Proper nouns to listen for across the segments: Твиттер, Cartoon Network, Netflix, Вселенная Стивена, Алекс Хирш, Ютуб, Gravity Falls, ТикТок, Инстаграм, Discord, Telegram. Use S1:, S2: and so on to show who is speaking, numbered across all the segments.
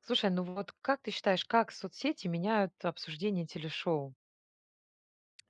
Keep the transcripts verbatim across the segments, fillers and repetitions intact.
S1: Слушай, ну вот как ты считаешь, как соцсети меняют обсуждение телешоу?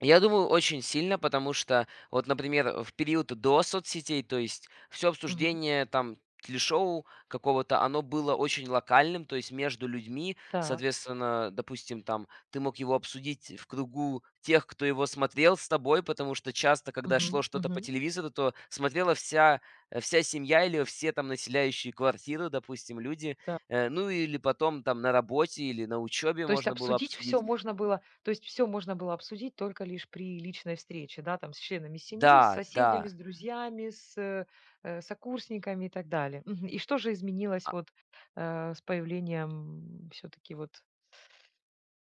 S2: Я думаю, очень сильно, потому что, вот, например, в период до соцсетей, то есть все
S1: Мгм.
S2: обсуждение там телешоу какого-то, оно было очень локальным, то есть между людьми,
S1: Так.
S2: соответственно, допустим, там ты мог его обсудить в кругу тех, кто его смотрел с тобой, потому что часто, когда шло
S1: Мгм.
S2: что-то по
S1: Мгм.
S2: телевизору, то смотрела вся, э, вся семья или все там населяющие квартиру, допустим, люди.
S1: Да.
S2: Э, ну или потом там на работе или на учебе
S1: То есть
S2: можно было
S1: обсудить
S2: обсудить.
S1: все можно было, то есть все можно было обсудить только лишь при личной встрече, да, там с членами семьи, с
S2: Да, да.
S1: соседями,
S2: а,
S1: с друзьями, с э, э, сокурсниками и так далее. Мгм. И что же изменилось вот э, с появлением все-таки вот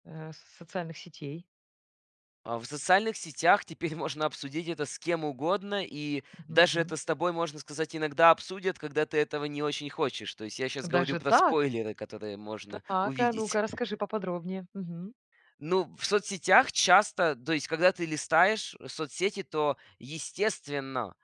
S1: э, социальных сетей?
S2: А, В социальных сетях теперь можно обсудить это с кем угодно, и даже
S1: Мгм.
S2: это с тобой, можно сказать, иногда обсудят, когда ты этого не очень хочешь. То есть я сейчас говорю
S1: Даже
S2: про
S1: так?
S2: спойлеры, которые можно
S1: Так, а
S2: увидеть.
S1: ну-ка расскажи поподробнее. Мгм.
S2: Ну, в соцсетях часто, то есть, когда ты листаешь э, соцсети, то, естественно,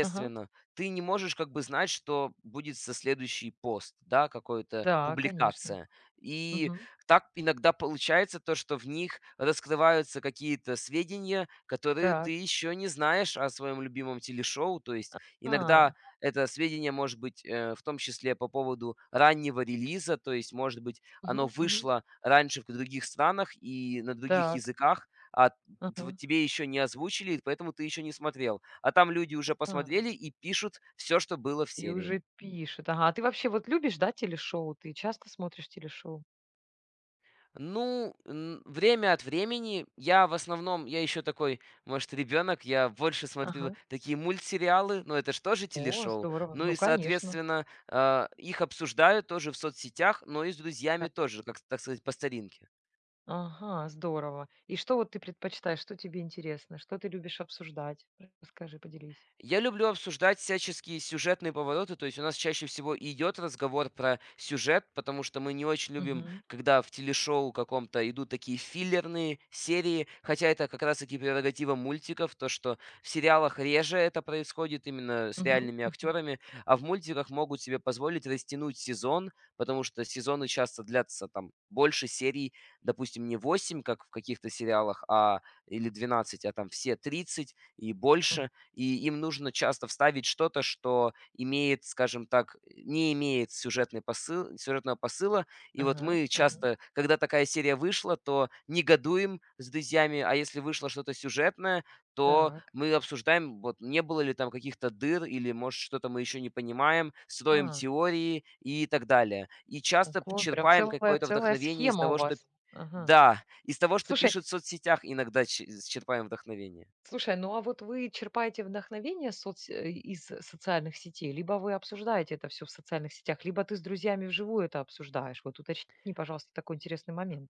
S1: Ага.
S2: ты не можешь как бы знать, что будет со следующий пост, да, какая то
S1: Да, конечно.
S2: публикация. И
S1: Мгм.
S2: так иногда получается то, что в них раскрываются какие-то сведения, которые ты
S1: Так.
S2: еще не знаешь о своем любимом телешоу. То есть
S1: А.
S2: иногда это сведения может быть э, в том числе по поводу раннего релиза, то есть может быть оно
S1: Мгм, мгм.
S2: вышло раньше в других странах и на других
S1: Так.
S2: языках, а тв
S1: Ага.
S2: тебе еще не озвучили, и поэтому ты еще не смотрел. А там люди уже
S1: А.
S2: посмотрели и пишут все, что было в
S1: И
S2: серии.
S1: уже пишет. Ага. А ты вообще вот любишь, да, телешоу? Ты часто смотришь телешоу?
S2: Ну, н время от времени я в основном, я еще такой, может, ребенок, я больше смотрю
S1: Ага.
S2: такие мультсериалы, но это ж тоже
S1: О,
S2: телешоу.
S1: здорово.
S2: Ну
S1: Ну,
S2: и,
S1: конечно.
S2: соответственно, а, их обсуждаю тоже в соцсетях, но и с
S1: Да.
S2: друзьями тоже, как, так сказать, по старинке.
S1: Ага, здорово. И что вот ты предпочитаешь? Что тебе интересно? Что ты любишь обсуждать? Расскажи, поделись.
S2: Я люблю обсуждать всяческие сюжетные повороты, то есть у нас чаще всего идет разговор про сюжет, потому что мы не очень любим,
S1: Мгм.
S2: когда в телешоу каком-то идут такие филлерные серии, хотя это как раз-таки прерогатива мультиков, то, что в сериалах реже это происходит именно с
S1: Мгм.
S2: реальными
S1: Мгм.
S2: актерами, а в мультиках могут себе позволить растянуть сезон, потому что сезоны часто длятся там больше серий, допустим, не восемь, как в каких-то сериалах, а или двенадцать, а там все тридцать и
S1: М.
S2: больше, и им нужно часто вставить что-то, что имеет, скажем так, не имеет сюжетный посыл, сюжетного посыла. И вот
S1: Ага.
S2: мы
S1: Ага.
S2: часто, когда такая серия вышла, то негодуем с друзьями, а если вышло что-то сюжетное, то
S1: Так.
S2: мы обсуждаем, вот не было ли там каких-то дыр или, может, что-то мы еще не понимаем, строим
S1: А.
S2: теории и так далее. И часто п-
S1: Ого, прям
S2: черпаем
S1: целая
S2: какое-то
S1: целая
S2: вдохновение из
S1: схема у
S2: того, что.
S1: вас. Ага.
S2: Да, из того, что
S1: Слушай,
S2: пишут в соцсетях иногда ч- черпаем вдохновение.
S1: Слушай, ну а вот вы черпаете вдохновение соц э, из социальных сетей, либо вы обсуждаете это все в социальных сетях, либо ты с друзьями вживую это обсуждаешь? Вот уточни, пожалуйста, такой интересный момент.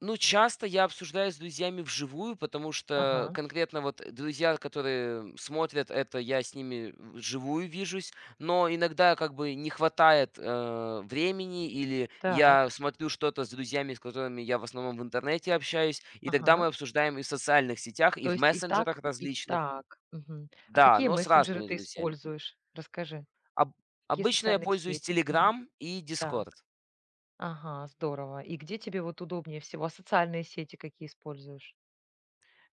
S2: Ну, часто я обсуждаю с друзьями вживую, потому что
S1: Ага,
S2: конкретно вот друзья, которые смотрят это, я с ними вживую вижусь, но иногда как бы не хватает э, времени, или
S1: так,
S2: я смотрю что-то с друзьями, с которыми я в основном в интернете общаюсь, и тогда мы
S1: ага.
S2: обсуждаем и в социальных сетях, и
S1: То
S2: в
S1: есть и так,
S2: мессенджерах
S1: и
S2: различных,
S1: так. Мгм. А
S2: да,
S1: какие
S2: но с
S1: мессенджеры
S2: разными
S1: ты
S2: друзьями.
S1: используешь? Расскажи.
S2: Об-
S1: Какие
S2: обычно я
S1: социальные
S2: пользуюсь
S1: сети? Мгм.
S2: Telegram и Discord.
S1: Так. Ага, здорово. И где тебе вот удобнее всего? А социальные сети какие используешь?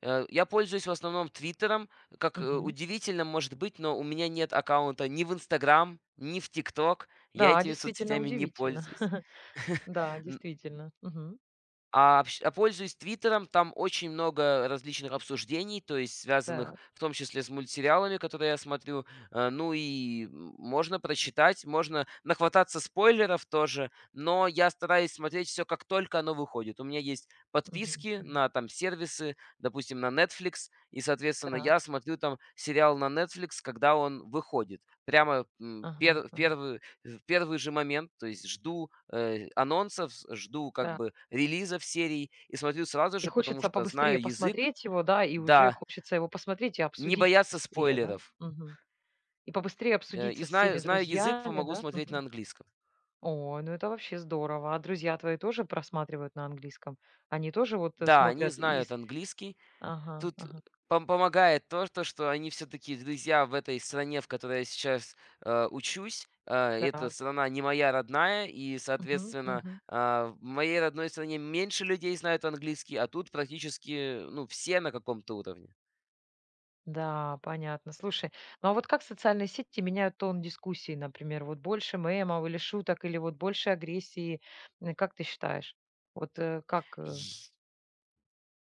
S2: Э, я пользуюсь в основном «Твиттером». Как, э,
S1: Мгм.
S2: удивительно может быть, но у меня нет аккаунта ни в «Инстаграм», ни в «ТикТок». Я
S1: Да,
S2: этими
S1: действительно
S2: соцсетями не
S1: удивительно.
S2: пользуюсь.
S1: Да,
S2: Н
S1: действительно. Мгм.
S2: а, общ а Пользуясь «Твиттером», там очень много различных обсуждений, то есть связанных
S1: Так.
S2: в том числе с мультсериалами, которые я смотрю. Э, ну и м можно прочитать, можно нахвататься спойлеров тоже, но я стараюсь смотреть все как только оно выходит. У меня есть
S1: Мгм,
S2: подписки
S1: мгм.
S2: на там сервисы, допустим, на Netflix, и, соответственно,
S1: Так.
S2: я смотрю там сериал на Netflix, когда он выходит. Прямо, м,
S1: Ага,
S2: пер в
S1: ага.
S2: первый в первый же момент, то есть жду, э, анонсов, жду как
S1: Да.
S2: бы релизов серий и смотрю сразу
S1: И
S2: же, потому
S1: хочется
S2: что
S1: побыстрее
S2: знаю язык.
S1: посмотреть его, да, и уже
S2: Да,
S1: хочется его посмотреть и
S2: не
S1: обсудить
S2: бояться
S1: побыстрее, да?
S2: спойлеров.
S1: Мгм. И побыстрее
S2: Э,
S1: обсудить
S2: и
S1: со
S2: знаю
S1: всеми
S2: знаю язык,
S1: друзьями,
S2: помогу
S1: да?
S2: смотреть на
S1: Мгм.
S2: английском.
S1: О, ну это вообще здорово. А друзья твои тоже просматривают на английском? Они тоже вот э,
S2: Да, они
S1: смотрят
S2: знают
S1: из...
S2: английский.
S1: Ага,
S2: Тут э,
S1: ага.
S2: пом помогает то, то, что они все таки друзья в этой стране, в которой я сейчас, э, учусь. Э, эта
S1: Так.
S2: страна не моя родная, и,
S1: Мгм,
S2: соответственно,
S1: мгм.
S2: а, в моей родной стране меньше людей знают английский, а тут практически, ну, все на каком-то уровне.
S1: Да, понятно. Слушай, ну а вот как социальные сети меняют тон дискуссии, например, вот больше мемов или шуток, или вот больше агрессии? М, Как ты считаешь? Вот э, как... э,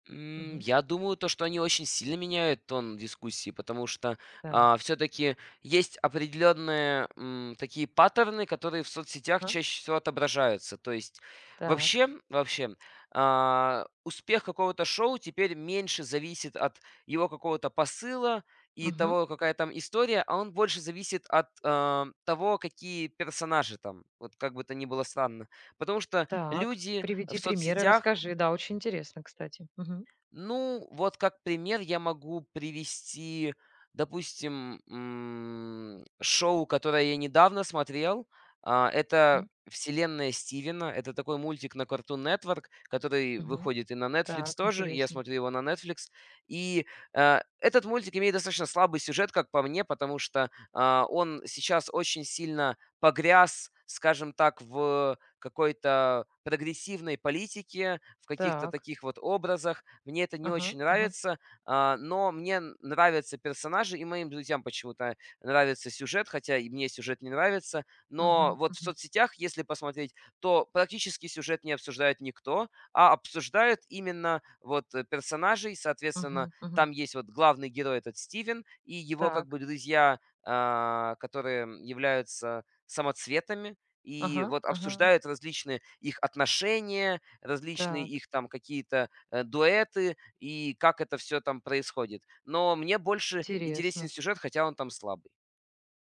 S2: М,
S1: мгм,
S2: я думаю, то, что они очень сильно меняют тон дискуссии, потому что
S1: да,
S2: все-таки есть определенные м, такие паттерны, которые в соцсетях
S1: а,
S2: чаще всего отображаются. То есть
S1: так,
S2: вообще, вообще а, успех какого-то шоу теперь меньше зависит от его какого-то посыла и
S1: мгм,
S2: того, какая там история, а он больше зависит от а, того, какие персонажи там, вот как бы то ни было странно. Потому что
S1: так,
S2: люди в
S1: приведи примеры,
S2: соцсетях,
S1: расскажи. Да, очень интересно, кстати. Мгм,
S2: ну, вот как пример я могу привести, допустим, м, шоу, которое я недавно смотрел. А, Это
S1: м,
S2: «Вселенная Стивена». Это такой мультик на Cartoon Network, который
S1: мгм,
S2: выходит и на Netflix
S1: Так,
S2: тоже. Я
S1: интересно.
S2: смотрю его на Netflix. И э, этот мультик имеет достаточно слабый сюжет, как по мне, потому что а, он сейчас очень сильно погряз, скажем так, в какой-то прогрессивной политике, в каких-то
S1: Так,
S2: таких вот образах, мне это не
S1: ага,
S2: очень
S1: ага,
S2: нравится, а, но мне н- нравятся персонажи, и моим друзьям почему-то нравится сюжет, хотя и мне сюжет не нравится. Но
S1: мгм,
S2: вот в
S1: мгм,
S2: соцсетях, если посмотреть, то практически сюжет не обсуждает никто, а обсуждают именно вот э, персонажей. Соответственно,
S1: мгм, мгм,
S2: там есть вот главный герой этот Стивен и его как
S1: так,
S2: бы друзья, а, которые являются самоцветами. И
S1: ага,
S2: вот
S1: ага,
S2: обсуждают различные их отношения, различные
S1: так,
S2: их там какие-то э, дуэты и как это все там происходит. Но мне больше интересен
S1: интересно.
S2: сюжет, хотя он там слабый.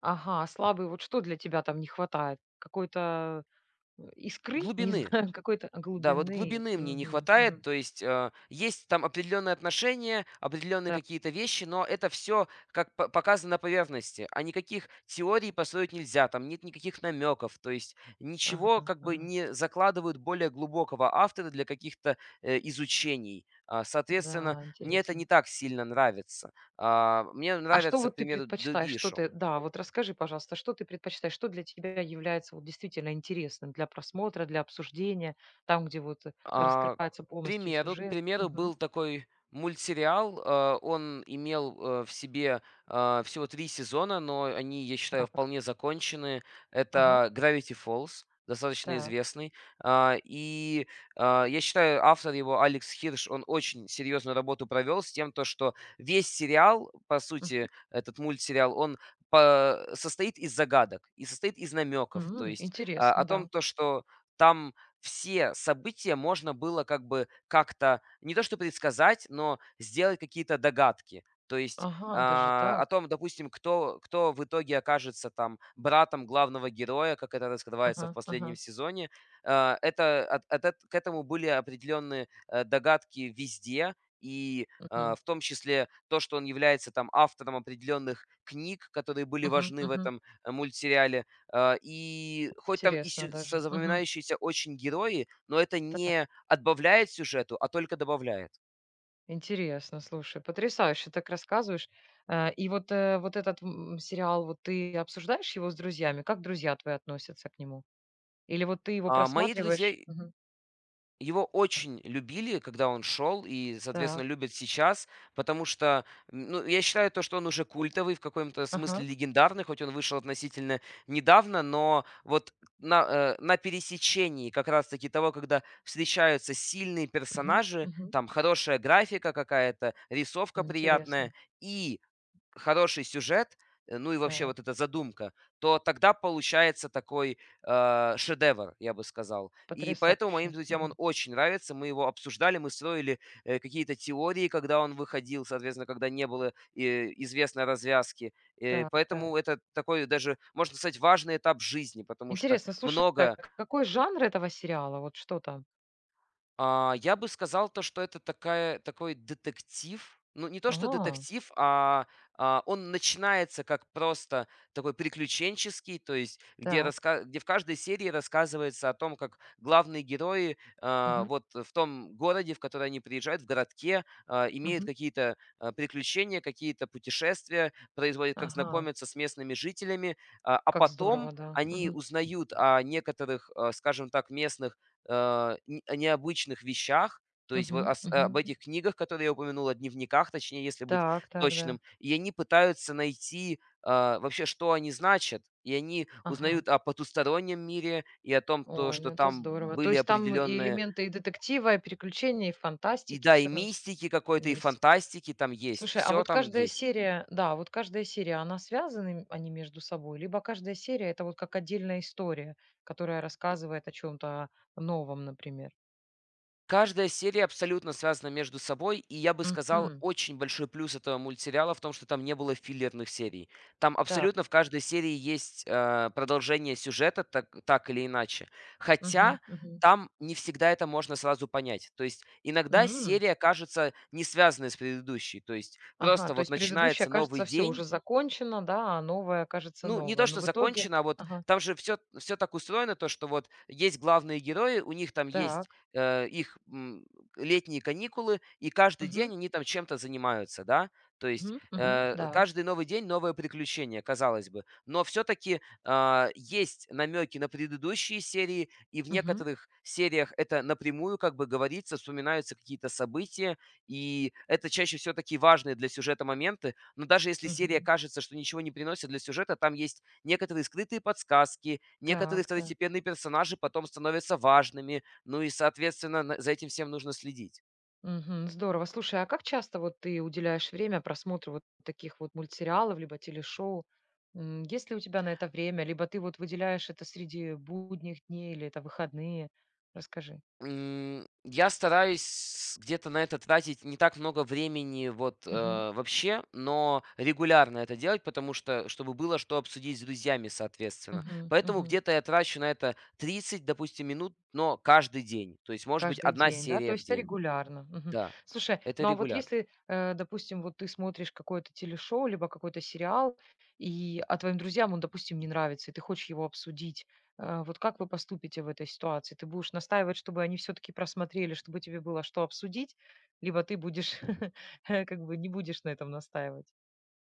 S1: Ага, слабый. Вот что для тебя там не хватает? Какой-то, э, искры? Не
S2: Глубины.
S1: знаю, какой-то
S2: Да, вот
S1: глубины.
S2: глубины мне не
S1: Мгм,
S2: хватает,
S1: мгм.
S2: то есть э, есть там определенные отношения, определенные
S1: Да.
S2: какие-то вещи, но это все как по- показано на поверхности, а никаких теорий построить нельзя, там нет никаких намеков, то есть ничего
S1: Ага,
S2: как бы
S1: ага.
S2: не закладывают более глубокого автора для каких-то э, изучений. А, Соответственно,
S1: Да,
S2: мне это не
S1: интересно.
S2: так сильно нравится. А, Мне
S1: А что
S2: нравятся, к
S1: вот ты
S2: примеру,
S1: предпочитаешь?
S2: другие
S1: Что
S2: шоу.
S1: ты да, вот расскажи, пожалуйста, что ты предпочитаешь? Что для тебя является вот действительно интересным для просмотра, для обсуждения, там, где вот, э,
S2: А, к
S1: раскрывается полностью
S2: примеру к
S1: сюжет?
S2: примеру,
S1: Мгм.
S2: был такой мультсериал. Э, он имел, э, в себе, э, всего три сезона, но они, я считаю,
S1: Так.
S2: вполне закончены.
S1: Ага.
S2: Это «Gravity Falls», достаточно
S1: Так.
S2: известный. А, и, а, я считаю, автор его Алекс Хирш, он очень серьезную работу провел с тем, то что весь сериал, по сути,
S1: Мгм.
S2: этот мультсериал, он по состоит из загадок и состоит из намеков. То
S1: М,
S2: есть, а, о
S1: интересно,
S2: том,
S1: да.
S2: то что там все события можно было как бы как-то не то что предсказать, но сделать какие-то догадки. То есть
S1: Ага, даже
S2: а, о
S1: так.
S2: том, допустим, кто, кто в итоге окажется там братом главного героя, как это раскрывается
S1: Ага,
S2: в последнем
S1: ага.
S2: сезоне, а, это, от- от эт- к этому были определенные э, догадки везде, и а,
S1: Мгм,
S2: в том числе то, что он является там автором определенных книг, которые были
S1: мгм,
S2: важны в
S1: мгм.
S2: этом э, мультсериале, а, и хоть там и
S1: Интересно
S2: сю са
S1: даже. Мгм.
S2: запоминающиеся очень герои, но это
S1: Так,
S2: не отбавляет сюжету, а только добавляет.
S1: интересно, слушай, потрясающе так рассказываешь. Э, и вот, э, вот этот, м, сериал, вот ты обсуждаешь его с друзьями? Как друзья твои относятся к нему? Или вот ты его
S2: А, мои друзья
S1: просматриваешь? Мгм.
S2: его очень любили, когда он шел, и, соответственно,
S1: Так.
S2: любят сейчас, потому что, м, ну, я считаю то, что он уже культовый, в каком-то
S1: Ага.
S2: смысле легендарный, хоть он вышел относительно недавно, но вот на, э, на пересечении как раз-таки того, когда встречаются сильные
S1: Мгм.
S2: персонажи,
S1: Мгм.
S2: там хорошая графика какая-то, рисовка
S1: М,
S2: приятная
S1: Интересно.
S2: и хороший сюжет, э, ну и вообще
S1: Так.
S2: вот эта задумка, то тогда получается такой э, шедевр, я бы сказал. И поэтому моим
S1: Потрясающе.
S2: друзьям он
S1: Мгм.
S2: очень нравится. Мы его обсуждали, мы строили э, какие-то теории, когда он выходил, соответственно, когда не было э, известной развязки. Э,
S1: Так, так.
S2: поэтому это такой даже, можно сказать, важный этап жизни, потому что
S1: Интересно, слушай, а
S2: много.
S1: к какой жанр этого сериала? Вот что там?
S2: А, я бы сказал то, что это такая такой детектив. Ну, не то, что
S1: Ага.
S2: детектив, а, а, он начинается как просто такой приключенческий, то есть где,
S1: Так.
S2: раска... где в каждой серии рассказывается о том, как главные герои а,
S1: Мгм.
S2: вот в том городе, в который они приезжают, в городке, а, имеют
S1: Мгм.
S2: какие-то а, приключения, какие-то путешествия, производят, как
S1: Ага.
S2: знакомятся с местными жителями, а, а
S1: Как здорово,
S2: потом
S1: да.
S2: они
S1: Мгм.
S2: узнают о некоторых, а, скажем так, местных э, н о необычных вещах, то есть вот
S1: Мгм.
S2: ас об
S1: Мгм.
S2: этих книгах, которые я упомянул, о дневниках, точнее, если быть
S1: Так так, да.
S2: точным. И они пытаются найти, а, вообще, что они значат. И они
S1: Ага.
S2: узнают о потустороннем мире и о том, то,
S1: Ой,
S2: что
S1: ну это
S2: там
S1: здорово. То
S2: были
S1: есть там и
S2: определенные,
S1: элементы и детектива, и приключений, и
S2: и
S1: фантастики,
S2: да, и
S1: все на
S2: мистики какой-то, и
S1: месте.
S2: фантастики там есть.
S1: Слушай, а
S2: Все
S1: вот
S2: там
S1: каждая
S2: есть.
S1: серия, да, вот каждая серия, она связаны они между собой? Либо каждая серия - это вот как отдельная история, которая рассказывает о чем то новом, например?
S2: Каждая серия абсолютно связана между собой, и я бы сказал,
S1: Мгм.
S2: очень большой плюс этого мультсериала в том, что там не было филлерных серий. Там
S1: Так.
S2: абсолютно в каждой серии есть э, продолжение сюжета, так, так или иначе.
S1: Мгм,
S2: Хотя
S1: мгм.
S2: там не всегда это можно сразу понять. То есть иногда
S1: М.
S2: серия кажется не связанной с предыдущей. То есть
S1: Ага,
S2: просто
S1: то
S2: вот
S1: есть предыдущая,
S2: начинается новый
S1: кажется, все
S2: день,
S1: уже закончено, да, а новая, кажется,
S2: ну, не то,
S1: новая. Но
S2: что
S1: в итоге
S2: закончено, а вот
S1: Ага.
S2: там же все все так устроено, то, что вот есть главные герои, у них там есть,
S1: Так.
S2: э, их, м, летние каникулы, и каждый
S1: Мгм,
S2: день они там чем-то занимаются, да. То есть,
S1: мгм, мгм.
S2: э,
S1: Да.
S2: каждый новый день новое приключение, казалось бы. Но все таки есть намеки на предыдущие серии, и в
S1: Мгм.
S2: некоторых сериях это напрямую как бы говорится, вспоминаются какие-то события, и это чаще всё такие важные для сюжета моменты, но даже если серия
S1: Мгм.
S2: кажется, что ничего не приносит для сюжета, там есть некоторые скрытые подсказки, некоторые
S1: Так, так.
S2: второстепенные персонажи потом становятся важными, ну и, соответственно, на- за этим всем нужно следить.
S1: Мгм. Здорово. Слушай, а как часто вот ты уделяешь время просмотру вот таких вот мультсериалов либо телешоу? М, Есть ли у тебя на это время? Либо ты вот выделяешь это среди будних дней или это выходные? Расскажи.
S2: М, Я стараюсь где-то на это тратить не так много времени вот э,
S1: Мгм.
S2: вообще, но регулярно это делать, потому что, чтобы было что обсудить с друзьями, соответственно.
S1: Мгм.
S2: Поэтому
S1: Мгм.
S2: где-то я трачу на это тридцать, допустим, минут, но каждый день. То есть, может быть,
S1: Каждый
S2: одна
S1: день, да? То
S2: серия в
S1: есть это
S2: день.
S1: регулярно. Мгм.
S2: Да,
S1: Слушай,
S2: это
S1: ну а вот
S2: регулярно.
S1: если, э, допустим, вот ты смотришь какое-то телешоу, либо какой-то сериал, и, а твоим друзьям он, допустим, не нравится, и ты хочешь его обсудить, э, вот как вы поступите в этой ситуации? Ты будешь настаивать, чтобы они все-таки просмотрели, чтобы тебе было что обсудить, либо ты будешь, э, как бы не будешь на этом настаивать?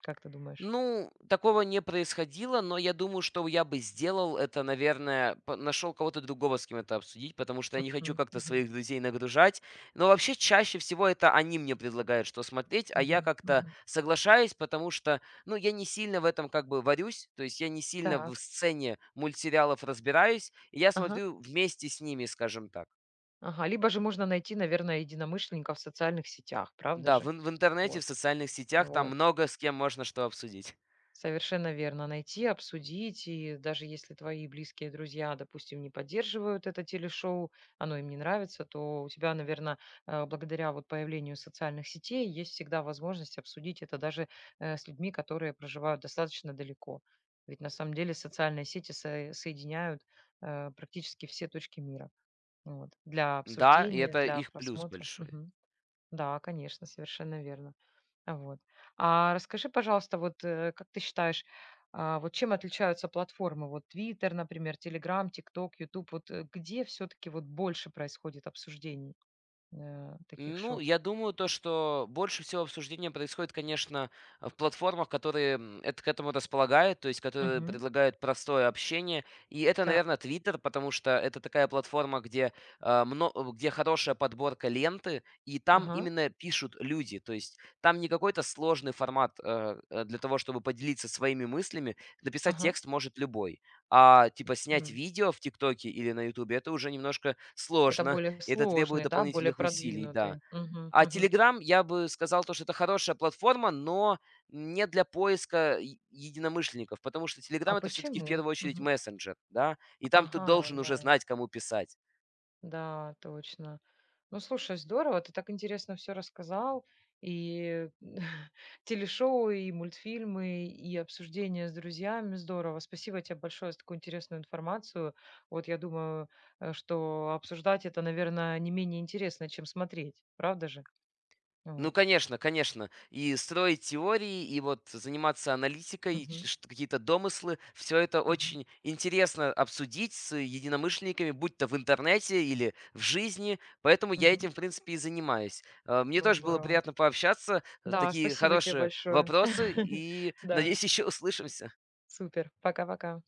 S1: Как ты думаешь?
S2: Ну, такого не происходило, но я думаю, что я бы сделал это, наверное, по- нашел кого-то другого, с кем это обсудить, потому что я не хочу
S1: М,
S2: как-то
S1: мгм,
S2: своих друзей нагружать. Но вообще чаще всего это они мне предлагают, что смотреть, а я
S1: мгм,
S2: как-то
S1: мгм.
S2: соглашаюсь, потому что, ну, я не сильно в этом как бы варюсь, то есть я не сильно в
S1: Так.
S2: сцене мультсериалов разбираюсь, и я
S1: Ага.
S2: смотрю вместе с ними, скажем так.
S1: Ага. Либо же можно найти, наверное, единомышленников в социальных сетях, правда
S2: Да,
S1: же?
S2: в, ин- в интернете,
S1: Вот.
S2: в социальных сетях там
S1: Вот.
S2: много с кем можно что обсудить.
S1: Совершенно верно. Найти, обсудить. И даже если твои близкие друзья, допустим, не поддерживают это телешоу, оно им не нравится, то у тебя, наверное, благодаря вот появлению социальных сетей есть всегда возможность обсудить это даже э, с людьми, которые проживают достаточно далеко. Ведь на самом деле социальные сети со- соединяют э, практически все точки мира. Вот. Для
S2: Да, и
S1: обсуждения,
S2: это
S1: для
S2: их плюс
S1: просмотра.
S2: большой.
S1: Да, конечно, совершенно верно. А, вот. А расскажи, пожалуйста, вот, э, как ты считаешь, а, вот чем отличаются платформы? Вот Twitter, например, Telegram, TikTok, YouTube. Вот, э, где все-таки вот больше происходит обсуждений, э, таких
S2: Ну,
S1: шоу?
S2: я думаю, то, что больше всего обсуждения происходит, конечно, в платформах, которые м, это к этому располагают, то есть которые
S1: Мгм.
S2: предлагают простое общение. И это,
S1: Так.
S2: наверное, Twitter, потому что это такая платформа, где, а, мно- э, где хорошая подборка ленты, и там
S1: Ага.
S2: именно пишут люди. То есть там не какой-то сложный формат э, э, для того, чтобы поделиться своими мыслями. Написать
S1: Ага.
S2: текст может любой. А типа снять
S1: М.
S2: видео в ТикТоке или на Ютубе это уже немножко
S1: Это
S2: сложно.
S1: более
S2: Это требует
S1: сложные, да, более
S2: дополнительных усилий, да.
S1: продвинутые. Мгм.
S2: А
S1: Мгм.
S2: Telegram я бы сказал то, что это хорошая платформа, но не для поиска е единомышленников, потому что
S1: А
S2: Telegram это все таки в
S1: почему?
S2: первую очередь
S1: Мгм.
S2: мессенджер, да, и там ты
S1: Ага,
S2: должен
S1: да.
S2: уже знать, кому писать.
S1: Да, точно. Ну, слушай, здорово, ты так интересно все рассказал. И телешоу, и мультфильмы, и обсуждения с друзьями. Здорово. Спасибо тебе большое за такую интересную информацию. Вот я думаю, э, что обсуждать это, наверное, не менее интересно, чем смотреть. Правда же?
S2: Ну,
S1: Вот.
S2: конечно, конечно. И строить теории, и вот заниматься аналитикой, ч-
S1: Мгм.
S2: ш- какие-то домыслы, все это
S1: Мгм.
S2: очень интересно обсудить с единомышленниками, будь то в интернете или в жизни. Поэтому я
S1: Мгм.
S2: этим, в принципе, и занимаюсь. Э, Мне
S1: Ну,
S2: тоже было
S1: здорово.
S2: приятно пообщаться. э,
S1: Да,
S2: Такие
S1: спасибо тебе
S2: хорошие
S1: большое.
S2: вопросы. И
S1: Да,
S2: надеюсь, еще услышимся.
S1: супер. Пока-пока.